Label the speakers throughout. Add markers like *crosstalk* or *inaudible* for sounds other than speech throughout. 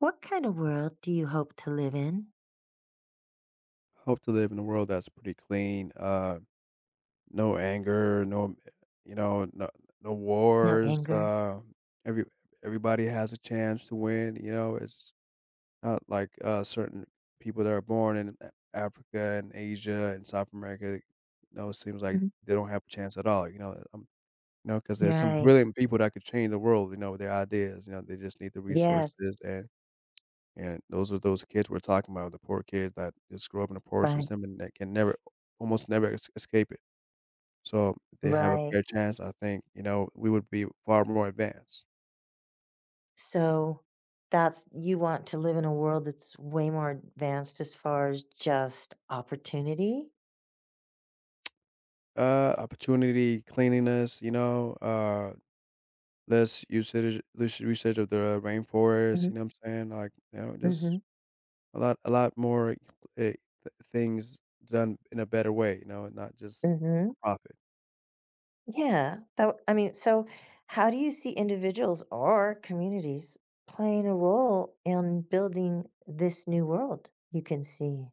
Speaker 1: What kind of world do you hope to live in?
Speaker 2: Hope to live in a world that's pretty clean. No anger, no, no, no
Speaker 1: No
Speaker 2: wars.
Speaker 1: anger.
Speaker 2: Every everybody has a chance to win. You know, it's not like certain people that are born in Africa and Asia and South America. You know, it seems like
Speaker 1: Mhm.
Speaker 2: they don't have a chance at all. Because there's some
Speaker 1: Right.
Speaker 2: brilliant people that could change the world, you know, with their ideas. You know, they just need the
Speaker 1: Yes.
Speaker 2: resources, and those are those kids we're talking about, the poor kids that just grow up in a poor
Speaker 1: Right.
Speaker 2: system and that can never almost never es escape it. So, if they have a
Speaker 1: Right.
Speaker 2: fair chance, I think, you know, we would be far more advanced.
Speaker 1: So that's you want to live in a world that's way more advanced as far as just opportunity?
Speaker 2: Opportunity, cleanliness, you know, less usage of the rainforest,
Speaker 1: Hmm.
Speaker 2: you know what I'm saying? Like, you know,
Speaker 1: Hmm.
Speaker 2: just a lot more, eh, th things done in a better way, you know, and not just
Speaker 1: Hmm.
Speaker 2: for profit.
Speaker 1: Yeah. So how do you see individuals or communities playing a role in building this new world you can see?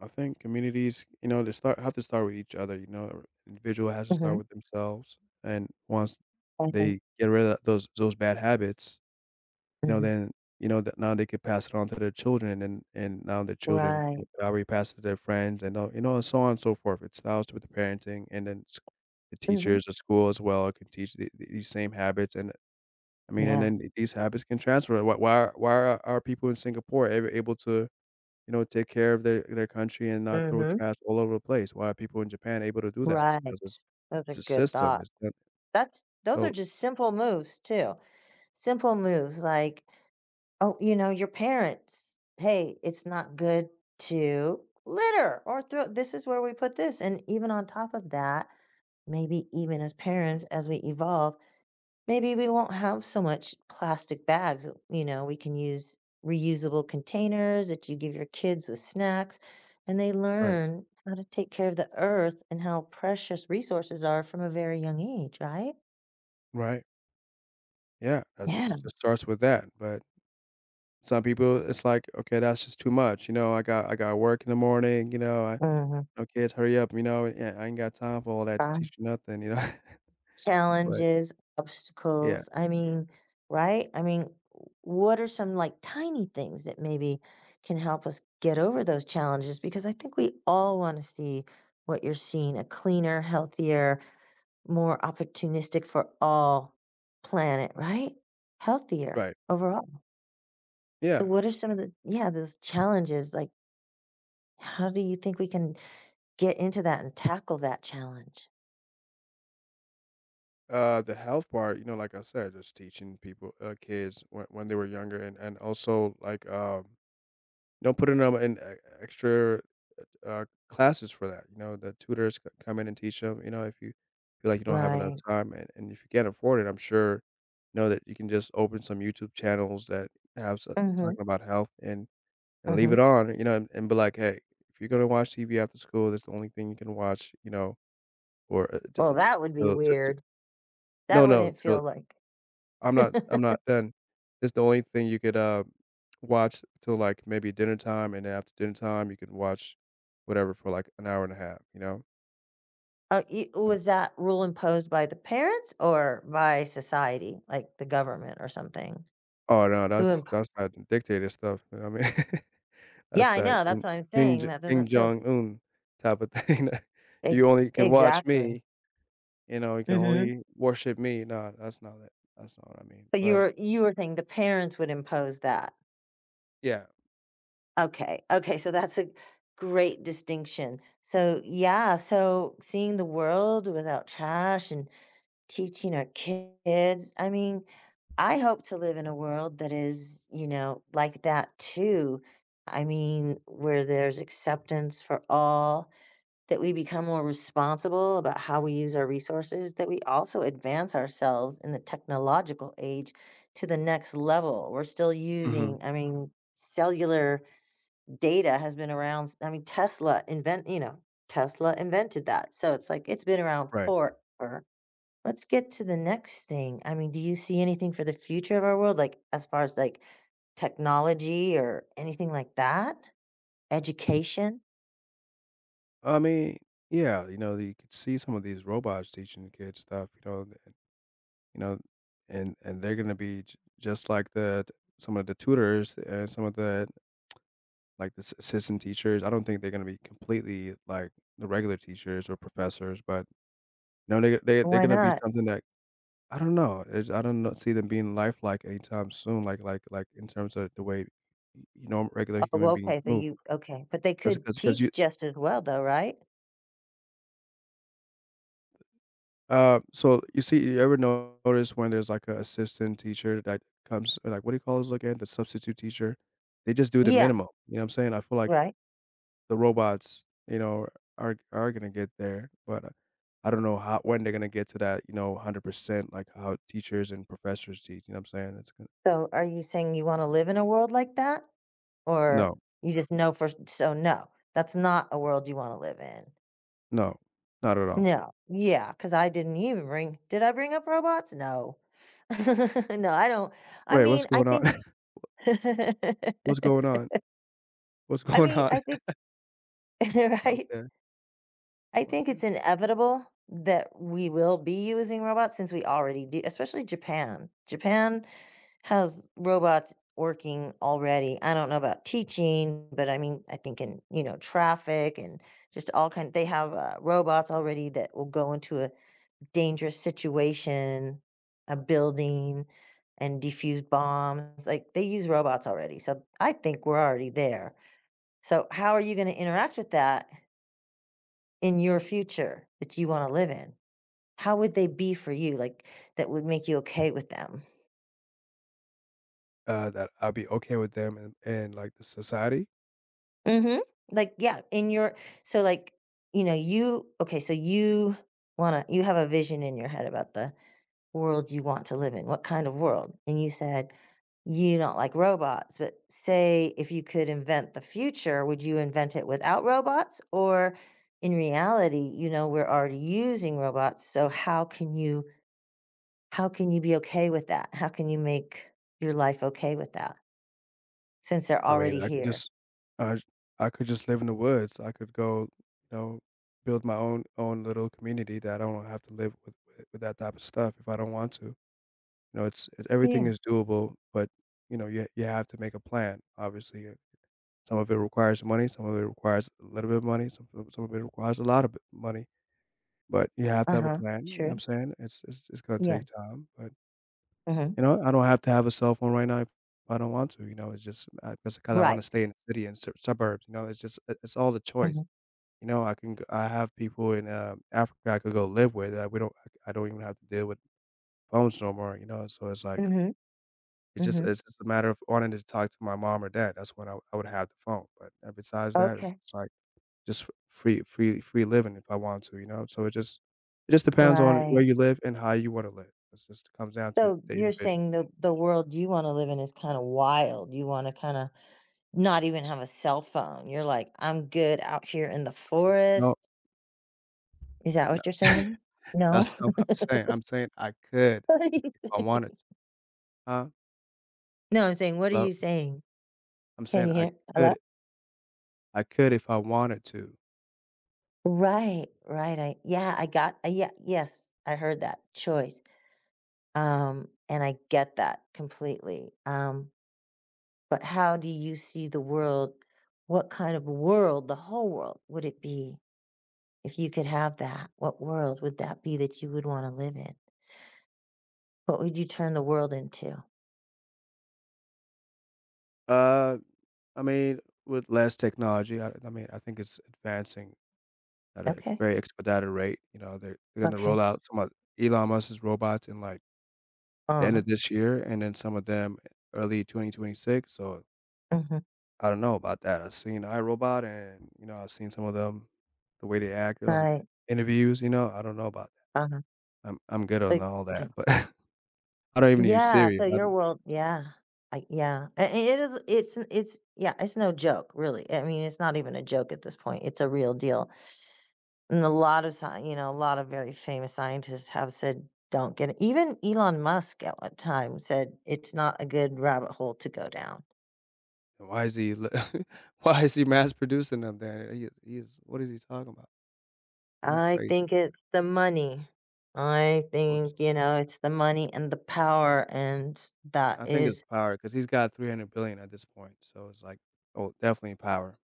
Speaker 2: I think communities, you know, they start have to start with each other, you know, or individual has to
Speaker 1: Hmm.
Speaker 2: start with themselves, and once
Speaker 1: Right.
Speaker 2: they get rid of those bad habits, you know,
Speaker 1: Mhm.
Speaker 2: then, you know, that now they could pass it on to their children, and now their children can
Speaker 1: Right.
Speaker 2: already pass it to their friends, and, and so on and so forth. It starts with the parenting, and then the
Speaker 1: Mhm.
Speaker 2: teachers at school as well can teach these same habits. And I mean, and
Speaker 1: Yeah.
Speaker 2: then these habits can transfer. Why are people in Singapore ever able to, you know, take care of their country and not throw
Speaker 1: Hmm.
Speaker 2: trash all over the place? Why are people in Japan able to do that? It's
Speaker 1: Right.
Speaker 2: because it's
Speaker 1: Those are
Speaker 2: it's a
Speaker 1: good
Speaker 2: system,
Speaker 1: thoughts.
Speaker 2: it's that.
Speaker 1: That's those are
Speaker 2: So
Speaker 1: just simple moves too. Simple moves like, oh, your parents, hey, it's not good to litter or throw— this is where we put this. And even on top of that, maybe even as parents, as we evolve, maybe we won't have so much plastic bags, we can use reusable containers that you give your kids with snacks, and they
Speaker 2: right,
Speaker 1: learn how to take care of the earth and how precious resources are from a very young age, right?
Speaker 2: right, yeah, that's
Speaker 1: Yeah.
Speaker 2: it just starts with that. But some people, it's like, "Okay, that's just too much," you know, "I got work in the morning," you know, "I,
Speaker 1: Mhm.
Speaker 2: no kids, hurry up," you know, "Yeah, I ain't got time for all that to teach you nothing," you know? *laughs* But
Speaker 1: Challenges,
Speaker 2: yeah,
Speaker 1: obstacles, I mean, right? I mean, what are some, like, tiny things that maybe can help us get over those challenges? Because I think we all wanna see what you're seeing: a cleaner, healthier, more opportunistic for all planet, right? Healthier
Speaker 2: right,
Speaker 1: overall. So
Speaker 2: yeah,
Speaker 1: what are some of the— yeah, those challenges, like, how do you think we can get into that and tackle that challenge?
Speaker 2: the health part, you know, like I said, just teaching people, kids when they were younger. And also, like, no, put in e extra, classes for that, you know, the tutors c come in and teach them. You know, if you feel like you don't have enough
Speaker 1: Right.
Speaker 2: time, and if you can't afford it, I'm sure, you know, that you can just open some YouTube channels that have some
Speaker 1: Mhm,
Speaker 2: talking about health. And leave it
Speaker 1: mhm.
Speaker 2: on, you know, and be like, "Hey, if you're gonna watch TV after school, that's the only thing you can watch," you know, or, t
Speaker 1: Well,
Speaker 2: t
Speaker 1: that would be
Speaker 2: till t t
Speaker 1: weird. That
Speaker 2: no, no,
Speaker 1: wouldn't feel
Speaker 2: till
Speaker 1: like— *laughs*
Speaker 2: I'm not done. It's the only thing you could, watch till, like, maybe dinner time, and then after dinner time, you could watch whatever for, like, an hour and a half, you know?
Speaker 1: oh, you
Speaker 2: I don't
Speaker 1: was that rule imposed by the parents or by society, like the government or something?
Speaker 2: Oh, no,
Speaker 1: Who imp
Speaker 2: that's like the dictator stuff, you know what I mean? *laughs* That's
Speaker 1: Yeah, I
Speaker 2: that
Speaker 1: know, that's
Speaker 2: Kim
Speaker 1: what I'm
Speaker 2: King
Speaker 1: saying,
Speaker 2: J
Speaker 1: that
Speaker 2: Kim
Speaker 1: doesn't feel—
Speaker 2: Jong-un type of *laughs* thing that
Speaker 1: e
Speaker 2: you only can watch
Speaker 1: exactly.
Speaker 2: me, you know, you can
Speaker 1: Mhm.
Speaker 2: only worship me. No, that's not it. That's not what I mean,
Speaker 1: But you
Speaker 2: but
Speaker 1: were you were saying the parents would impose that.
Speaker 2: yeah.
Speaker 1: Okay. Okay, so that's a great distinction. So, yeah, so seeing the world without trash and teaching our kids, I mean, I hope to live in a world that is, like that too. I mean, where there's acceptance for all, that we become more responsible about how we use our resources, that we also advance ourselves in the technological age to the next level. We're still
Speaker 2: Mhm.
Speaker 1: using, I mean, cellular data has been around. Tesla Tesla invented that. So it's like it's been around
Speaker 2: Right.
Speaker 1: forever. Let's get to the next thing. I mean, do you see anything for the future of our world, like as far as like technology or anything like that? Education?
Speaker 2: I mean, yeah, you know, you could see some of these robots teaching the kids stuff, you know, you know, and they're gonna be just like the some of the tutors and some of the, like, the assistant teachers. I don't think they're gonna be completely like the regular teachers or professors, but no, they they're
Speaker 1: Why
Speaker 2: gonna be
Speaker 1: not?
Speaker 2: something that, I don't know. It's, I don't know, see them being lifelike anytime soon. Like in terms of the way, you know, regular
Speaker 1: Oh,
Speaker 2: human
Speaker 1: well,
Speaker 2: beings
Speaker 1: okay, so
Speaker 2: move,
Speaker 1: you okay, but they
Speaker 2: because
Speaker 1: could
Speaker 2: because
Speaker 1: teach just as well though, right?
Speaker 2: So you see, you ever notice when there's like a assistant teacher that comes, or like what do you call this again? The substitute teacher. They just do the
Speaker 1: Yeah,
Speaker 2: minimum. You know what I'm saying? I feel like
Speaker 1: right.
Speaker 2: the robots, you know, are gonna get there, but I don't know how when they're gonna get to that. You know, 100% like how teachers and professors teach. You know what I'm saying? It's gonna,
Speaker 1: So are you saying you want to live in a world like that? Or—
Speaker 2: no,
Speaker 1: you just know for s- so no, that's not a world you want to live in.
Speaker 2: no, not at all.
Speaker 1: No. Yeah, because I didn't even bring— did I bring up robots? No. *laughs* No, I don't. I
Speaker 2: Wait, what's
Speaker 1: mean, I
Speaker 2: going on?
Speaker 1: think—
Speaker 2: *laughs* What's
Speaker 1: *laughs*
Speaker 2: going on? What's
Speaker 1: I
Speaker 2: going
Speaker 1: mean,
Speaker 2: on?
Speaker 1: I think— *laughs*
Speaker 2: *laughs*
Speaker 1: right?
Speaker 2: Okay,
Speaker 1: I
Speaker 2: what?
Speaker 1: think it's inevitable that we will be using robots since we already do, especially Japan. Japan has robots working already. I don't know about teaching, but I mean, I think in, traffic and just all kind— they have robots already that will go into a dangerous situation, a building, and defuse bombs. Like they use robots already. So I think we're already there. So how are you going to interact with that in your future that you wanna live in, how would they be for you, like, that would make you okay with them?
Speaker 2: That I'll be okay with them and like the society.
Speaker 1: Mhm. Like, yeah, in your— so, like, you know, you okay, so you wanna— you have a vision in your head about the world you want to live in, what kind of world, and you said you don't like robots, but say if you could invent the future, would you invent it without robots? Or in reality, we're already using robots, so how can you— how can you be okay with that? How can you make your life okay with that since they're
Speaker 2: I
Speaker 1: already
Speaker 2: mean, I could
Speaker 1: here?
Speaker 2: just I I could just live in the woods. I could go, you know, build my own little community that I don't have to live with with that type of stuff if I don't want to. You know, it's everything
Speaker 1: Yeah.
Speaker 2: is doable, but you know, you have to make a plan. Obviously. Some of it requires money, some of it requires a little bit of money, some of it requires a lot of money. But you have to have a
Speaker 1: Uh-huh.
Speaker 2: plan. You know what I'm
Speaker 1: True.
Speaker 2: saying? It's going to
Speaker 1: Yeah.
Speaker 2: take time, but
Speaker 1: Mhm.
Speaker 2: you know, I don't have to have a cell phone right now if I don't want to. You know, it's just, that's 'cause I
Speaker 1: Right.
Speaker 2: wanna stay in the city and suburbs, you know, it's just it's all the
Speaker 1: Mhm.
Speaker 2: choice. You know, I can g I have people in, Africa I could go live with that we don't, I don't even have to deal with phones no more, you know, so it's like,
Speaker 1: Mhm.
Speaker 2: it's just
Speaker 1: Mhm.
Speaker 2: a matter of wanting to talk to my mom or dad, that's when I would have the phone. But, besides that, it's
Speaker 1: Okay.
Speaker 2: just like, just f free living if I want to, you know, so it just, it just depends on where
Speaker 1: Right.
Speaker 2: you live and how you wanna live. It just comes down to
Speaker 1: So
Speaker 2: the
Speaker 1: you're
Speaker 2: individual.
Speaker 1: saying the world you wanna live in is kinda wild. You wanna kinda not even have a cell phone. You're like, "I'm good out here in the
Speaker 2: No,
Speaker 1: forest." Is that
Speaker 2: no.
Speaker 1: what you're saying?
Speaker 2: *laughs*
Speaker 1: No?
Speaker 2: That's not what I'm
Speaker 1: *laughs*
Speaker 2: saying. I'm saying I could
Speaker 1: What are you
Speaker 2: if I wanted
Speaker 1: saying?
Speaker 2: to. Huh?
Speaker 1: No, I'm saying, what are
Speaker 2: Hello?
Speaker 1: you saying?
Speaker 2: I'm
Speaker 1: Can
Speaker 2: saying
Speaker 1: you
Speaker 2: I
Speaker 1: hear— hello?
Speaker 2: could I could if I wanted to.
Speaker 1: Right, right, I— yeah, I got— yeah, yes, I heard that, choice, and I get that completely, but how do you see the world? What kind of world, the whole world, would it be if you could have that? What world would that be that you would wanna live in? What would you turn the world into?
Speaker 2: Uh, I mean, with less technology, I mean, I think it's advancing at a
Speaker 1: Okay,
Speaker 2: very expedited rate. You know, they're gonna roll
Speaker 1: okay.
Speaker 2: out some of Elon Musk's robots in, like, the end
Speaker 1: Uh-huh,
Speaker 2: of this year, and then some of them early 2026. So
Speaker 1: mhm,
Speaker 2: I don't know about that. I've seen iRobot and, you know, I've seen some of them, the way they acted on
Speaker 1: right,
Speaker 2: interviews, you know, I don't know about,
Speaker 1: uh-huh,
Speaker 2: I'm good on
Speaker 1: but
Speaker 2: all
Speaker 1: yeah.
Speaker 2: that, but *laughs* I don't even use
Speaker 1: Yeah, so
Speaker 2: Siri.
Speaker 1: your
Speaker 2: I'm
Speaker 1: world— yeah. It is— it's— yeah, it's no joke, really. I mean, it's not even a joke at this point, it's a real deal, and a lot of a lot of very famous scientists have said, "Don't get it." Even Elon Musk at one time said, "It's not a good rabbit hole to go down."
Speaker 2: Why is he li *laughs* why is he mass producing them then? He's, what is he talking about? He's
Speaker 1: I
Speaker 2: crazy,
Speaker 1: think it's the money. I
Speaker 2: of course.
Speaker 1: think, it's the money and the power, and that
Speaker 2: I think it's
Speaker 1: is—
Speaker 2: power because 'cause he's got 300,000,000,000 at this point, so it's like, oh, definitely power.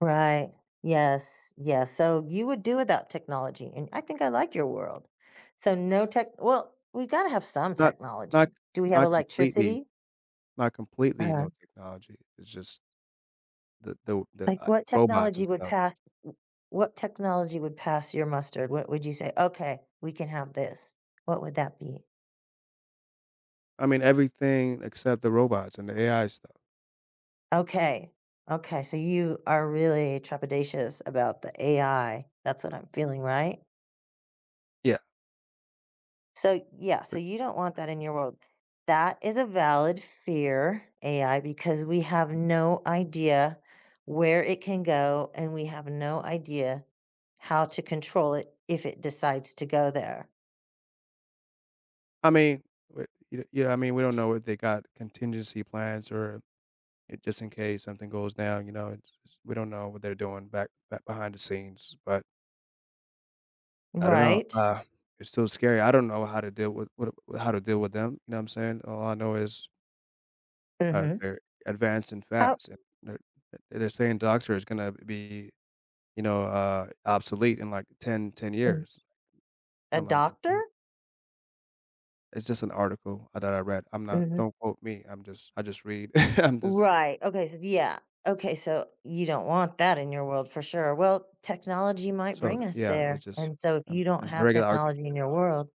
Speaker 1: right. Yes. Yes. So you would do without technology. And I think I like your world. So no tech. Well, we got to have some
Speaker 2: Not
Speaker 1: technology.
Speaker 2: not
Speaker 1: Do we have
Speaker 2: Not completely,
Speaker 1: electricity? Uh,
Speaker 2: no technology. It's just the,
Speaker 1: like what
Speaker 2: robots
Speaker 1: technology
Speaker 2: and
Speaker 1: would
Speaker 2: stuff.
Speaker 1: pass? What technology would pass your mustard? What would you say? Okay, we can have this. What would that be?
Speaker 2: I mean, everything except the robots and the AI stuff.
Speaker 1: Okay. Okay. So you are really trepidatious about the AI. That's what I'm feeling, right?
Speaker 2: Yeah,
Speaker 1: So, yeah, so
Speaker 2: but
Speaker 1: you don't want that in your world. That is a valid fear, AI, because we have no idea where it can go and we have no idea how to control it if it decides to go there.
Speaker 2: I mean, but, you know, I mean, we don't know if they got contingency plans or it, just in case something goes down, you know, it's we don't know what they're doing back behind the scenes, but I don't know.
Speaker 1: Right?
Speaker 2: It's still scary. I don't know how to deal with what how to deal with them. You know what I'm saying? All I know is,
Speaker 1: Mhm.
Speaker 2: they're advancing
Speaker 1: How—
Speaker 2: fast, and they're they're saying doctor is gonna be, you know, obsolete in like 10
Speaker 1: mm,
Speaker 2: years.
Speaker 1: a
Speaker 2: I'm like,
Speaker 1: doctor?
Speaker 2: "Mm, it's just an article that I read. I'm not.
Speaker 1: Mhm.
Speaker 2: Don't quote me. I'm just. I just read. *laughs* I'm just.
Speaker 1: Right. Okay, so yeah. Okay, so you don't want that in your world for sure. Well, technology might bring us
Speaker 2: Yeah,
Speaker 1: there.
Speaker 2: it's just.
Speaker 1: And so if
Speaker 2: I'm
Speaker 1: you
Speaker 2: a
Speaker 1: don't have
Speaker 2: regular.
Speaker 1: technology in your world—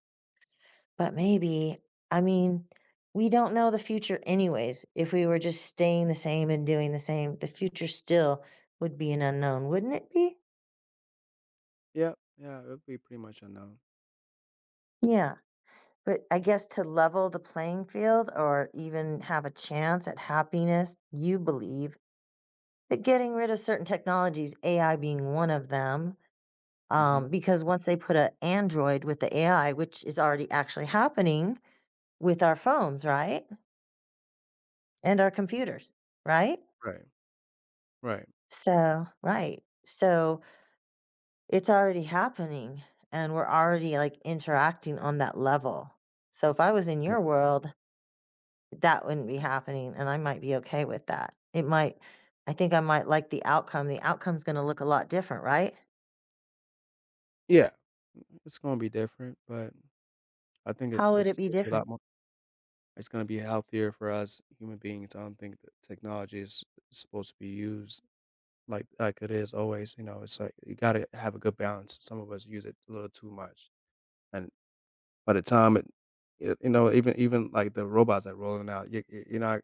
Speaker 1: but maybe, I mean, we don't know the future anyways. If we were just staying the same and doing the same, the future still would be an unknown, wouldn't it be?
Speaker 2: Yeah, yeah, it'll be pretty much unknown.
Speaker 1: Yeah. But I guess to level the playing field or even have a chance at happiness, you believe that getting rid of certain technologies, AI being one of them,
Speaker 2: Mhm.
Speaker 1: because once they put an Android with the AI, which is already actually happening with our phones, right? And our computers, right?
Speaker 2: Right, right,
Speaker 1: So right. So it's already happening and we're already like interacting on that level. So if I was in your
Speaker 2: right.
Speaker 1: world, that wouldn't be happening and I might be okay with that. It might— I think I might like the outcome. The outcome's going to look a lot different, right?
Speaker 2: Yeah, mm, it's gonna be different, but I think
Speaker 1: How would it
Speaker 2: it's
Speaker 1: be
Speaker 2: gonna be a lot
Speaker 1: different?
Speaker 2: more, it's gonna be healthier for us human beings. I don't think that technology is supposed to be used like it is always, you know, it's like you gotta have a good balance. Some of us use it a little too much, and by the time it, y you know, even, like, the robots that are rolling out, you're not,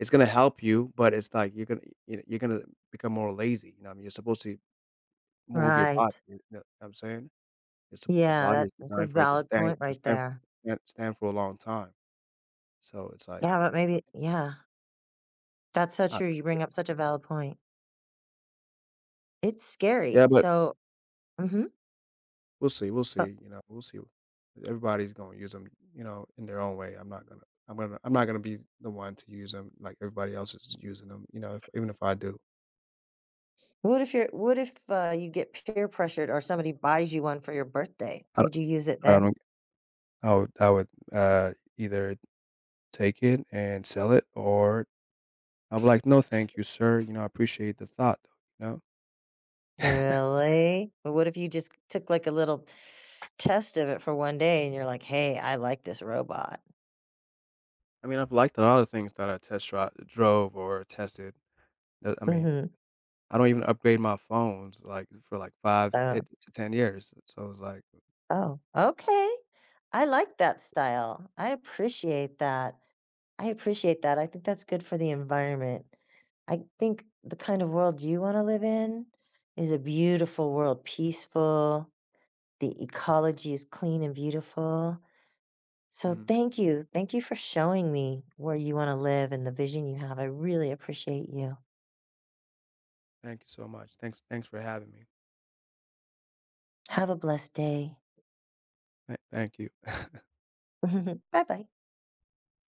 Speaker 2: it's gonna help you, but it's like you know, you're gonna become more lazy, you know what I mean? You're supposed to move your
Speaker 1: Right.
Speaker 2: body, you know what I'm saying? It's the
Speaker 1: Yeah,
Speaker 2: body
Speaker 1: that,
Speaker 2: is
Speaker 1: that's a
Speaker 2: designed for it to
Speaker 1: valid point right there.
Speaker 2: stand for a long time, so it's like,
Speaker 1: Yeah, but maybe— yeah. That's so
Speaker 2: I don't
Speaker 1: true. You
Speaker 2: know.
Speaker 1: bring up such a valid point. It's scary.
Speaker 2: Yeah, but
Speaker 1: So, mhm.
Speaker 2: you know, we'll see. Everybody's gonna use them, you know, in their own way. I'm not gonna be the one to use them like everybody else is using them, you know, if even if I do.
Speaker 1: What if you're— what if, you get peer pressured or somebody buys you one for your birthday?
Speaker 2: I don't
Speaker 1: Would you use it
Speaker 2: I
Speaker 1: then?
Speaker 2: don't I would, either take it and sell it, or I'm like, "No, thank you, sir," you know, "I appreciate the thought though," you know? *laughs*
Speaker 1: Really? But what if you just took, like, a little test of it for one day and you're like, "Hey, I like this robot."
Speaker 2: I mean, I've liked a lot of things that I test dri drove or tested. I mean,
Speaker 1: Mhm.
Speaker 2: I don't even upgrade my phones, like, for, like, 5
Speaker 1: Oh,
Speaker 2: it to 10 years. So, it's like,
Speaker 1: oh, okay. I like that style. I appreciate that. I appreciate that. I think that's good for the environment. I think the kind of world you wanna live in is a beautiful world, peaceful, the ecology is clean and beautiful. So
Speaker 2: mm,
Speaker 1: thank you. Thank you for showing me where you want to live and the vision you have. I really appreciate you.
Speaker 2: thank you so much. Thanks for having me.
Speaker 1: Have a blessed day.
Speaker 2: Thank you. *laughs*
Speaker 1: *laughs* Bye bye.